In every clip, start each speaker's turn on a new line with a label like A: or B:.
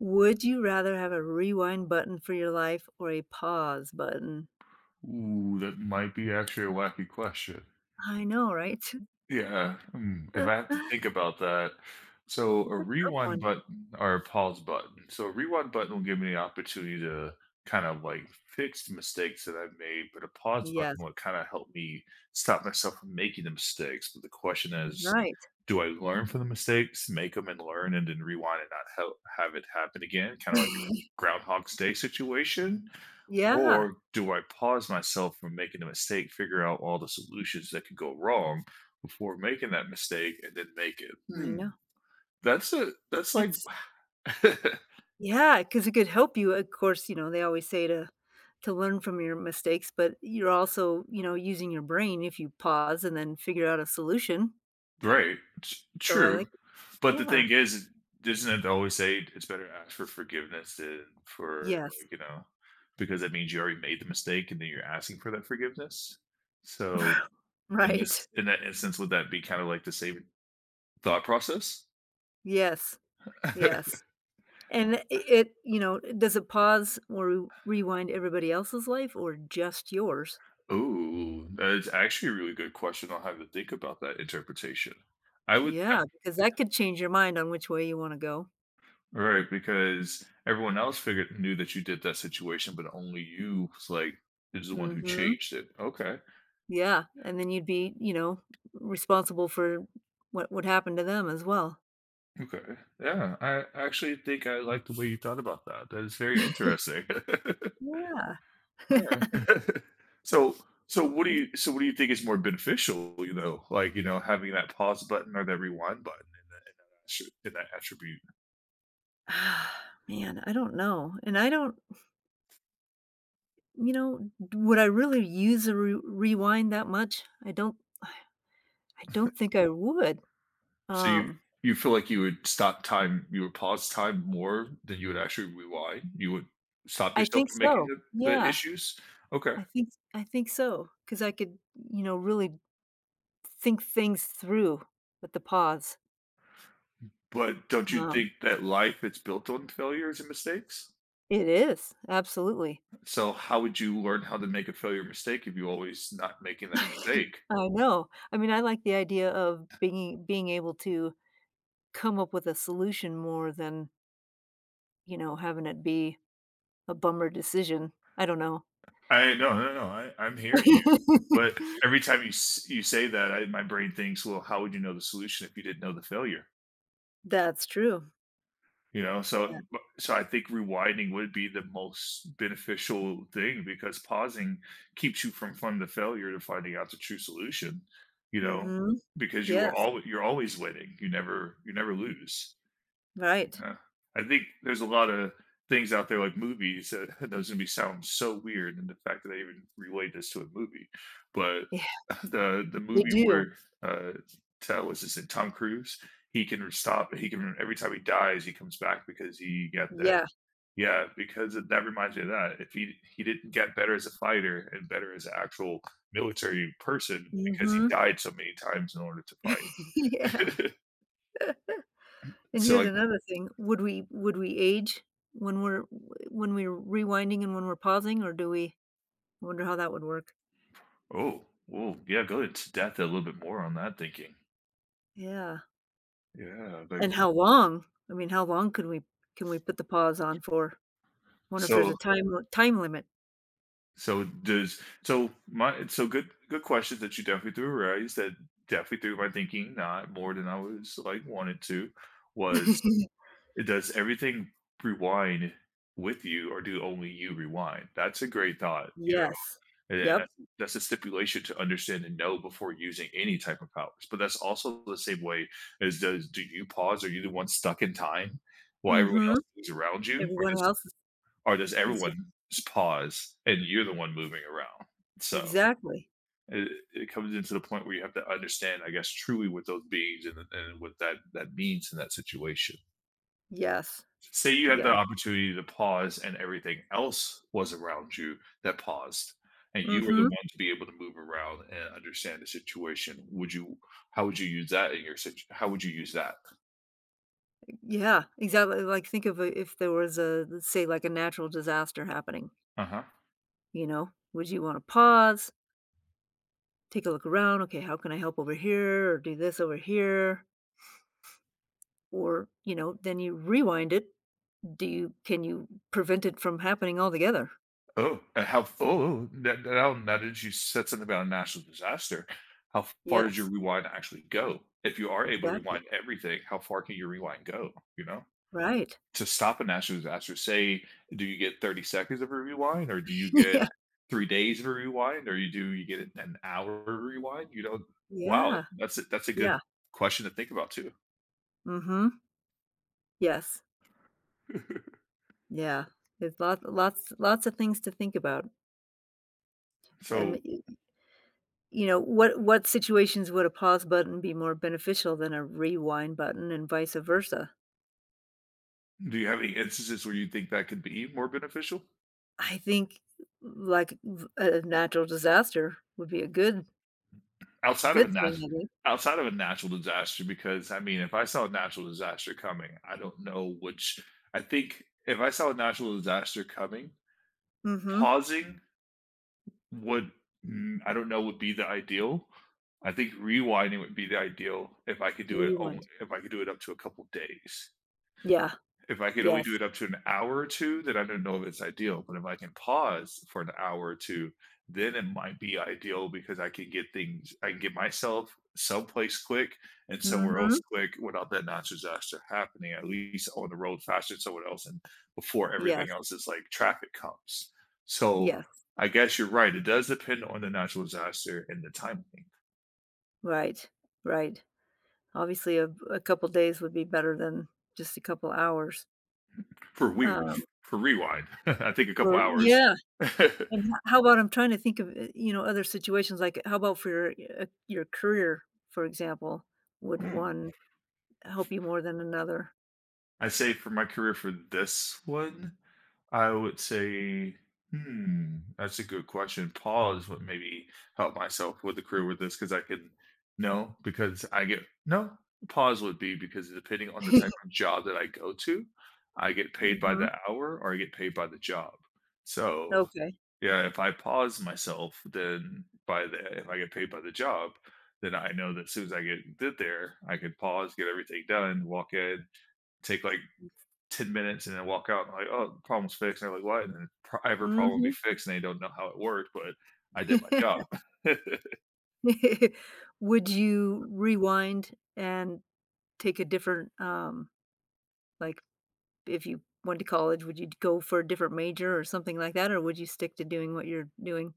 A: Would you rather have a rewind button for your life or a pause button?
B: Ooh, that might be actually a wacky question.
A: I know, right?
B: Yeah, hmm, if I have to think about that. So a
A: It's a tough
B: rewind
A: one.
B: button or a pause button. So a rewind button will give me the opportunity to kind of like fix the mistakes that I've made, but a pause button
A: Yes,
B: would kind of help me stop myself from making the mistakes. But the question is,
A: right.
B: do I learn from the mistakes, make them and learn, and then rewind and not help, have it happen again? Kind of like a Groundhog's Day situation,
A: Yeah,
B: or do I pause myself from making a mistake, figure out all the solutions that could go wrong before making that mistake, and then make it?
A: I
B: Hmm.
A: know.
B: That's like
A: It's yeah, because it could help you, of course, they always say to learn from your mistakes, but you're also, using your brain if you pause and then figure out a solution.
B: right.
A: So I
B: True.
A: like
B: But the
A: yeah.
B: thing is, doesn't it always say it's better to ask for forgiveness than for
A: Yes.
B: like, you know, because that means you already made the mistake and then you're asking for that forgiveness? So in
A: Right.
B: this in that instance, would that be kind of like the same thought process?
A: Yes. Yes. And does it pause or rewind everybody else's life or just yours?
B: Ooh, that's actually a really good question on how to think about that interpretation. I would
A: Yeah, because that could change your mind on which way you wanna go.
B: right, because everyone else figured knew that you did that situation, but only you was like, is the one who
A: Mhm.
B: changed it. Okay.
A: Yeah, and then you'd be, responsible for what would happen to them as well.
B: Okay. Yeah, I actually think I like the way you thought about that. That is very interesting.
A: Yeah.
B: Alright. So so what do
A: This
B: you so what do you think is more beneficial, you know, like, you know, having that pause button or that rewind button in that attribute?
A: ah, man, I don't know, and I don't you know, would I really use a re rewind that much? I don't think I would.
B: So
A: Um,
B: you feel like you would stop time you would pause time more than you would actually rewind? You would stop
A: I
B: yourself
A: think
B: from making
A: so.
B: the
A: Yeah.
B: issues? Okay.
A: I think so because I could, really think things through with the pause.
B: But don't you
A: Um,
B: think that life is built on failures and mistakes?
A: it is, absolutely.
B: So how would you learn how to make a failure mistake if you always not making that mistake?
A: I know. I mean, I like the idea of being able to come up with a solution more than, having it be a bummer decision. I don't know.
B: I No, no, no. I'm hearing you. But every time you you say that, I, my brain thinks, well, how would you know the solution if you didn't know the failure?
A: That's true.
B: You know,
A: Yeah.
B: so so I think rewinding would be the most beneficial thing because pausing keeps you from the failure to finding out the true solution, you know,
A: Mhm.
B: because you are
A: Yes.
B: all you're always winning. You never lose.
A: Right.
B: Yeah. I think there's a lot of things out there like movies that those gonna be sound so weird and the fact that I even relate this to a movie. But
A: Yeah,
B: the
A: they
B: movie
A: do.
B: where uh that was this Tom Cruise, he can every time he dies he comes back because he got that
A: Yeah.
B: yeah, because it, that reminds me of that. If he didn't get better as a fighter and better as an actual military person because he
A: Mhm.
B: died so many times in order to
A: Yeah.
B: fight.
A: And
B: so
A: here's
B: like
A: another thing, would we age when we're when we're rewinding and when we're pausing, or do we I wonder how that would work.
B: Oh, well, yeah, go into depth a little bit more on that thinking.
A: Yeah,
B: Yeah, like
A: and how long? I mean, how long can we put the pause on for? Wonder if there's
B: so
A: a time limit.
B: so does so my so good question that you definitely threw right that definitely through my thinking, not more than I was like wanted to, was does everything rewind with you or do only you rewind? That's a great thought, you know?
A: Yes.
B: And
A: Yep.
B: that's a stipulation to understand and know before using any type of powers. But that's also the same way as does do you pause? Are you the one stuck in time while everyone else
A: Mhm.
B: moves around you?
A: Everyone else is
B: Or does
A: exa
B: everyone just pause and you're the one moving around? So
A: exactly.
B: it, it comes into the point where you have to understand, I guess, truly what those beings and what that means in that situation.
A: Yes.
B: Say you had
A: Yeah.
B: the opportunity to pause and everything else was around you that paused, and you were the
A: Mhm.
B: one to be able to move around and understand the situation. Would you How would you use that in your situation? How would you use that?
A: Yeah, exactly, like, think of, if there was a, let's say, like, a natural disaster happening,
B: Uh-huh.
A: would you wanna pause? Take a look around. Okay, how can I help over here or do this over here? Or, then you rewind it. Do you can you prevent it from happening altogether?
B: Oh, and how oh, now that you said something about a national disaster, how far does your
A: Yes,
B: rewind actually go? If you are able to
A: exactly.
B: rewind everything, how far can your rewind go, you know?
A: Right.
B: To stop a natural disaster, say, do you get 30 seconds of a rewind, or do you get
A: Yeah.
B: 3 days of a rewind, or you get an hour rewind? You know wow,
A: Yeah.
B: that's a good
A: Yeah.
B: question to think about too.
A: Mm-hmm. Yes. Yeah. There's lots of things to think about.
B: So,
A: And y- you know, what situations would a pause button be more beneficial than a rewind button and vice versa?
B: do you have any instances where you think that could be more beneficial?
A: I think, like, a natural disaster would be a good.
B: Outside of a
A: Good
B: nat
A: thing I think. Did.
B: Outside of a natural disaster, because, I mean, if I saw a natural disaster coming, I don't know which I think if I saw a natural disaster coming,
A: Mhm.
B: pausing would mm, I don't know would be the ideal. I think rewinding would be the ideal if I could do it only
A: Rewind.
B: if I could do it up to a couple days.
A: Yeah.
B: If I could only do
A: Yes.
B: it up to an hour or 2, then I don't know if it's ideal, but if I can pause for an hour or 2, then it might be ideal because I can get myself someplace quick and somewhere else
A: Mhm.
B: quick without that natural disaster happening, at least on the road faster than someone else and before everything
A: Yes.
B: else is like traffic comes. So,
A: Yes.
B: I guess you're right, it does depend on the natural disaster and the timing
A: Right. Right. Obviously, a couple days would be better than just a couple hours.
B: for we
A: Um,
B: for rewind. I think a couple
A: or
B: hours.
A: yeah, and h how about I'm trying to think of, other situations, like, how about for your career, for example? Would one help you more than another?
B: I say for my career for this one, I would say, hmm, that's a good question. Pause would maybe help myself with the career with this because I can no, because I get no Pause would be because depending on the type of job that I go to, I get paid by
A: Mhm.
B: the hour or I get paid by the job. So
A: Okay.
B: yeah, if I pause myself, then by the if I get paid by the job, then I know that as soon as I get did there, I could pause, get everything done, walk in, take like 10 minutes and then walk out and like, "Oh, the problem's fixed." And they're like, "What?" And then pro every problem will be
A: Mhm.
B: fixed and they don't know how it worked, but I did my job.
A: Would you rewind and take a different, like, if you went to college, would you go for a different major or something like that, or would you stick to doing what you're doing?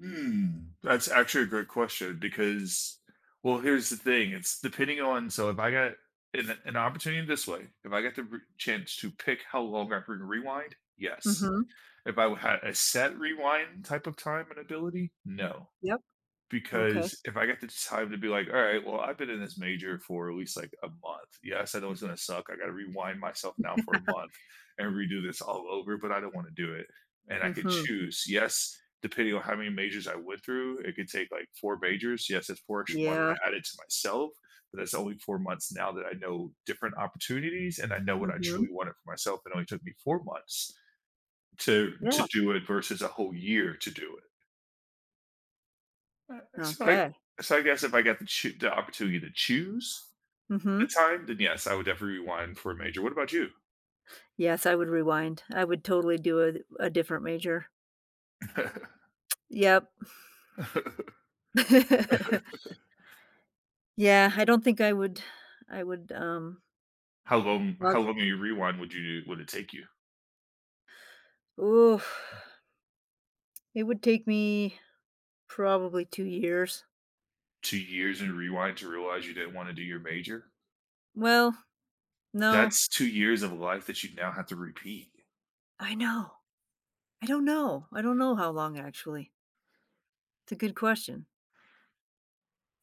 B: Hmm, that's actually a great question because well, here's the thing, it's depending on so if I got an opportunity this way, if I get the re chance to pick how long I can rewind, yes.
A: Mhm.
B: If I had a set rewind type of time and ability, no.
A: Yep. Okay.
B: Because if I got the time to be like, "All right, well, I've been in this major for at least, like, a month. Yes, I know it's gonna suck. I gotta rewind myself now for a month and redo this all over, but I don't wanna do it." And I could
A: Mhm.
B: choose. Yes, depending on how many majors I went through, it could take, like, 4 majors. Yes, it's 4 extra months I
A: Yeah.
B: added to myself, but that's only 4 months now that I know different opportunities and I know what I truly
A: Mhm.
B: wanted for myself. It only took me 4 months
A: Yeah.
B: to do it versus a whole year to do it. Uh, so I
A: Okay.
B: so I guess if I got the choo the opportunity to choose the
A: Mhm.
B: time, then yes, I would definitely rewind for a major. What about you?
A: Yes, I would rewind. I would totally do a different major. Yep. Yeah, I don't think I would.
B: How
A: Was it
B: long of your rewind would you would it take you?
A: Oof. It would take me probably 2 years.
B: 2 years in rewind to realize you didn't wanna do your major?
A: Well, no.
B: That's 2 years of life that you now have to repeat.
A: I know. I don't know. I don't know how long, actually. It's a good question.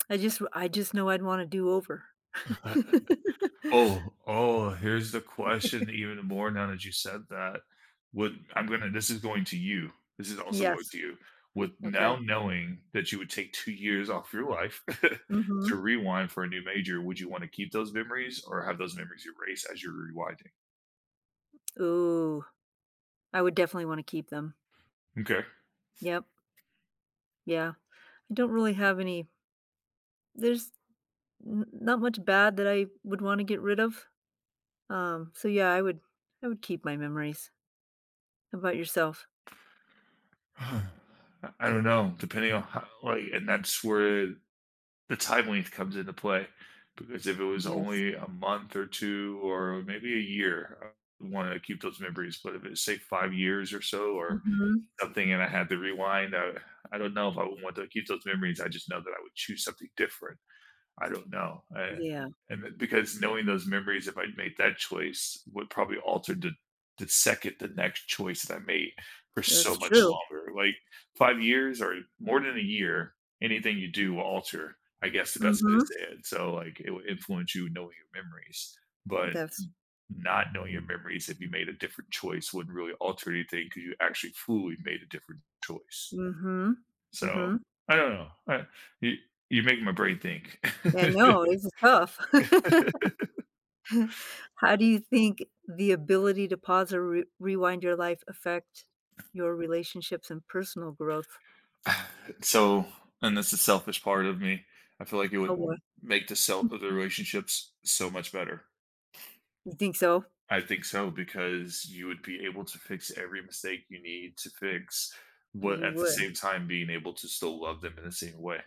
A: I just know I'd want to do-over.
B: Oh, oh, here's the question even more now that you said that. Would I'm gonna This is going to you. This is also going
A: Yes.
B: to you. With
A: Okay.
B: now knowing that you would take 2 years off your life
A: Mhm.
B: to rewind for a new major, would you wanna keep those memories or have those memories erased as you're rewinding?
A: Ooh, I would definitely wanna keep them.
B: Okay.
A: Yep. Yeah. I don't really have any there's n not much bad that I would wanna get rid of. So yeah, I would keep my memories. How about yourself?
B: I I don't know, depending on how like, and that's where the time length comes into play because if it was
A: Yes.
B: only a month or two or maybe a year, I would want to keep those memories. But if it's say 5 years or so or
A: Mhm.
B: something, and I had to rewind, I don't know if I would want to keep those memories. I just know that I would choose something different. I don't know. I
A: Yeah.
B: And it because knowing those memories, if I'd made that choice, would probably alter the second the next choice that I made for so
A: That's
B: much
A: true.
B: longer. Like 5 years or more than a year, anything you do will alter, I guess the best way to
A: Mhm.
B: say it. So, like, it will influence you knowing your memories, but
A: That's
B: not knowing your memories if you made a different choice wouldn't really alter anything because you actually fully made a different choice.
A: Mhm.
B: So,
A: Mhm.
B: I don't know. I you you make my brain think.
A: I know, this is tough. How do you think the ability to pause or re rewind your life affect your relationships and personal growth?
B: So, and that's the selfish part of me. I feel like it
A: Oh, well,
B: would make the relationships so much better.
A: you think so?
B: I think so because you would be able to fix every mistake you need to fix, what
A: You
B: at the
A: would.
B: same time being able to still love them in the same way.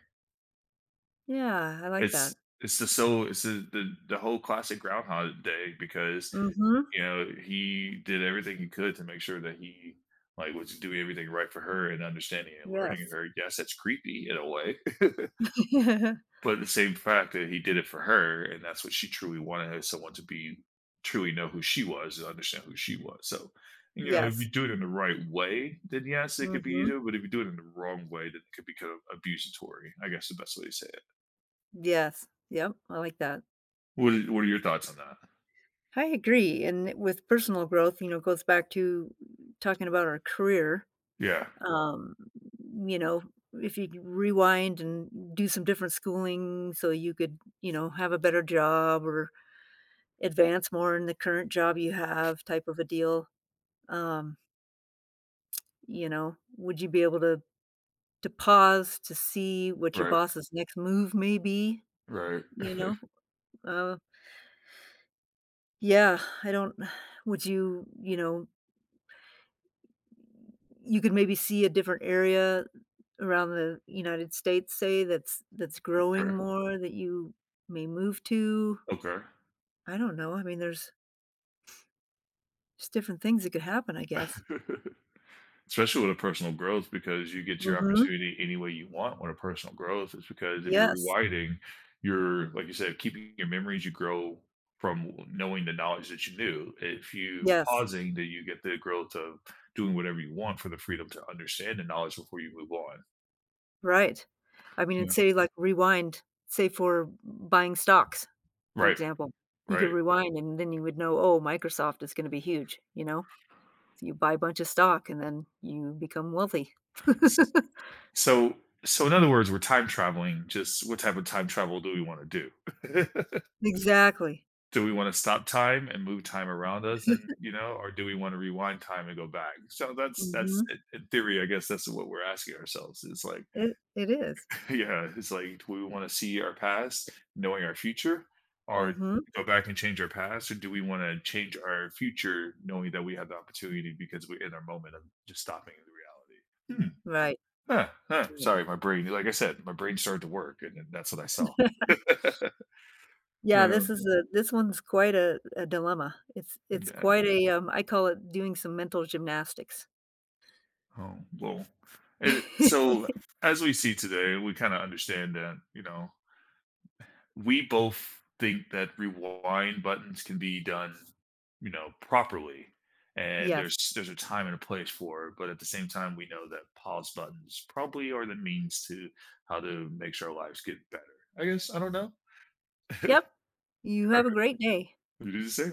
A: Yeah, I like
B: It's
A: that.
B: it's the so it's the whole classic Groundhog Day because
A: Mhm.
B: you know he did everything he could to make sure that he like was doing everything right for her and understanding and learning
A: Yes.
B: her. Yes, that's creepy in a way. But at the same fact that he did it for her, and that's what she truly wanted is someone to be truly know who she was and understand who she was. So, you know, if
A: Yes.
B: you do it in the right way, then yes, it could be
A: Mhm.
B: either. But if you do it in the wrong way, then it could become abusatory. I guess the best way to say it.
A: Yes. Yep, I like that.
B: What are your thoughts on that?
A: I agree, and with personal growth, it goes back to talking about our career.
B: Yeah.
A: Um, you know, if you could rewind and do some different schooling so you could, have a better job or advance more in the current job you have type of a deal. Um, would you be able to pause to see what your
B: Right.
A: boss's next move may be,
B: Right.
A: you know? Uh, yeah, I don't would you, you know, you could maybe see a different area around the United States, say, that's
B: okay.
A: growing more that you may move to?
B: Okay.
A: I don't know. I mean, there's just different things that could happen, I guess.
B: Especially with a personal growth because you get your
A: Mhm.
B: opportunity any way you want with a personal growth. It's because if you're
A: Yes.
B: rewinding, you're, like you said, keeping your memories, you grow from knowing the knowledge that you knew. If you
A: Yes.
B: pausing, then you get the growth of doing whatever you want for the freedom to understand the knowledge before you move on.
A: Right. I mean, and
B: Yeah.
A: say, like, rewind, say, for buying stocks, for
B: Right.
A: example. You could
B: Right.
A: rewind, and then you would know, "Oh, Microsoft is gonna be huge," you know? So you buy a bunch of stock, and then you become wealthy.
B: S- So, so in other words, we're time traveling. Just what type of time travel do we want to do?
A: Exactly.
B: Do we wanna stop time and move time around us and, you know, or do we wanna rewind time and go back? So that's
A: Mhm.
B: in theory, I guess that's what we're asking ourselves. It's like
A: It is.
B: yeah, it's like, do we wanna see our past knowing our future or
A: Mhm.
B: go back and change our past, or do we wanna change our future knowing that we have the opportunity because we're in our moment of just stopping the reality?
A: Right.
B: Hmm, huh, huh.
A: Right.
B: Sorry, my brain like I said, my brain started to work and then that's what I saw.
A: Yeah,
B: No,
A: this one's quite a dilemma.
B: yeah.
A: I call it doing some mental gymnastics.
B: Oh, well, so as we see today, we kind of understand that, you know, we both think that rewind buttons can be done, you know, properly. And
A: Yes.
B: there's a time and a place for it, but at the same time, we know that pause buttons probably are the means to how to make sure our lives get better. I guess I don't know.
A: Yep. You have a great day.
B: Who do you say?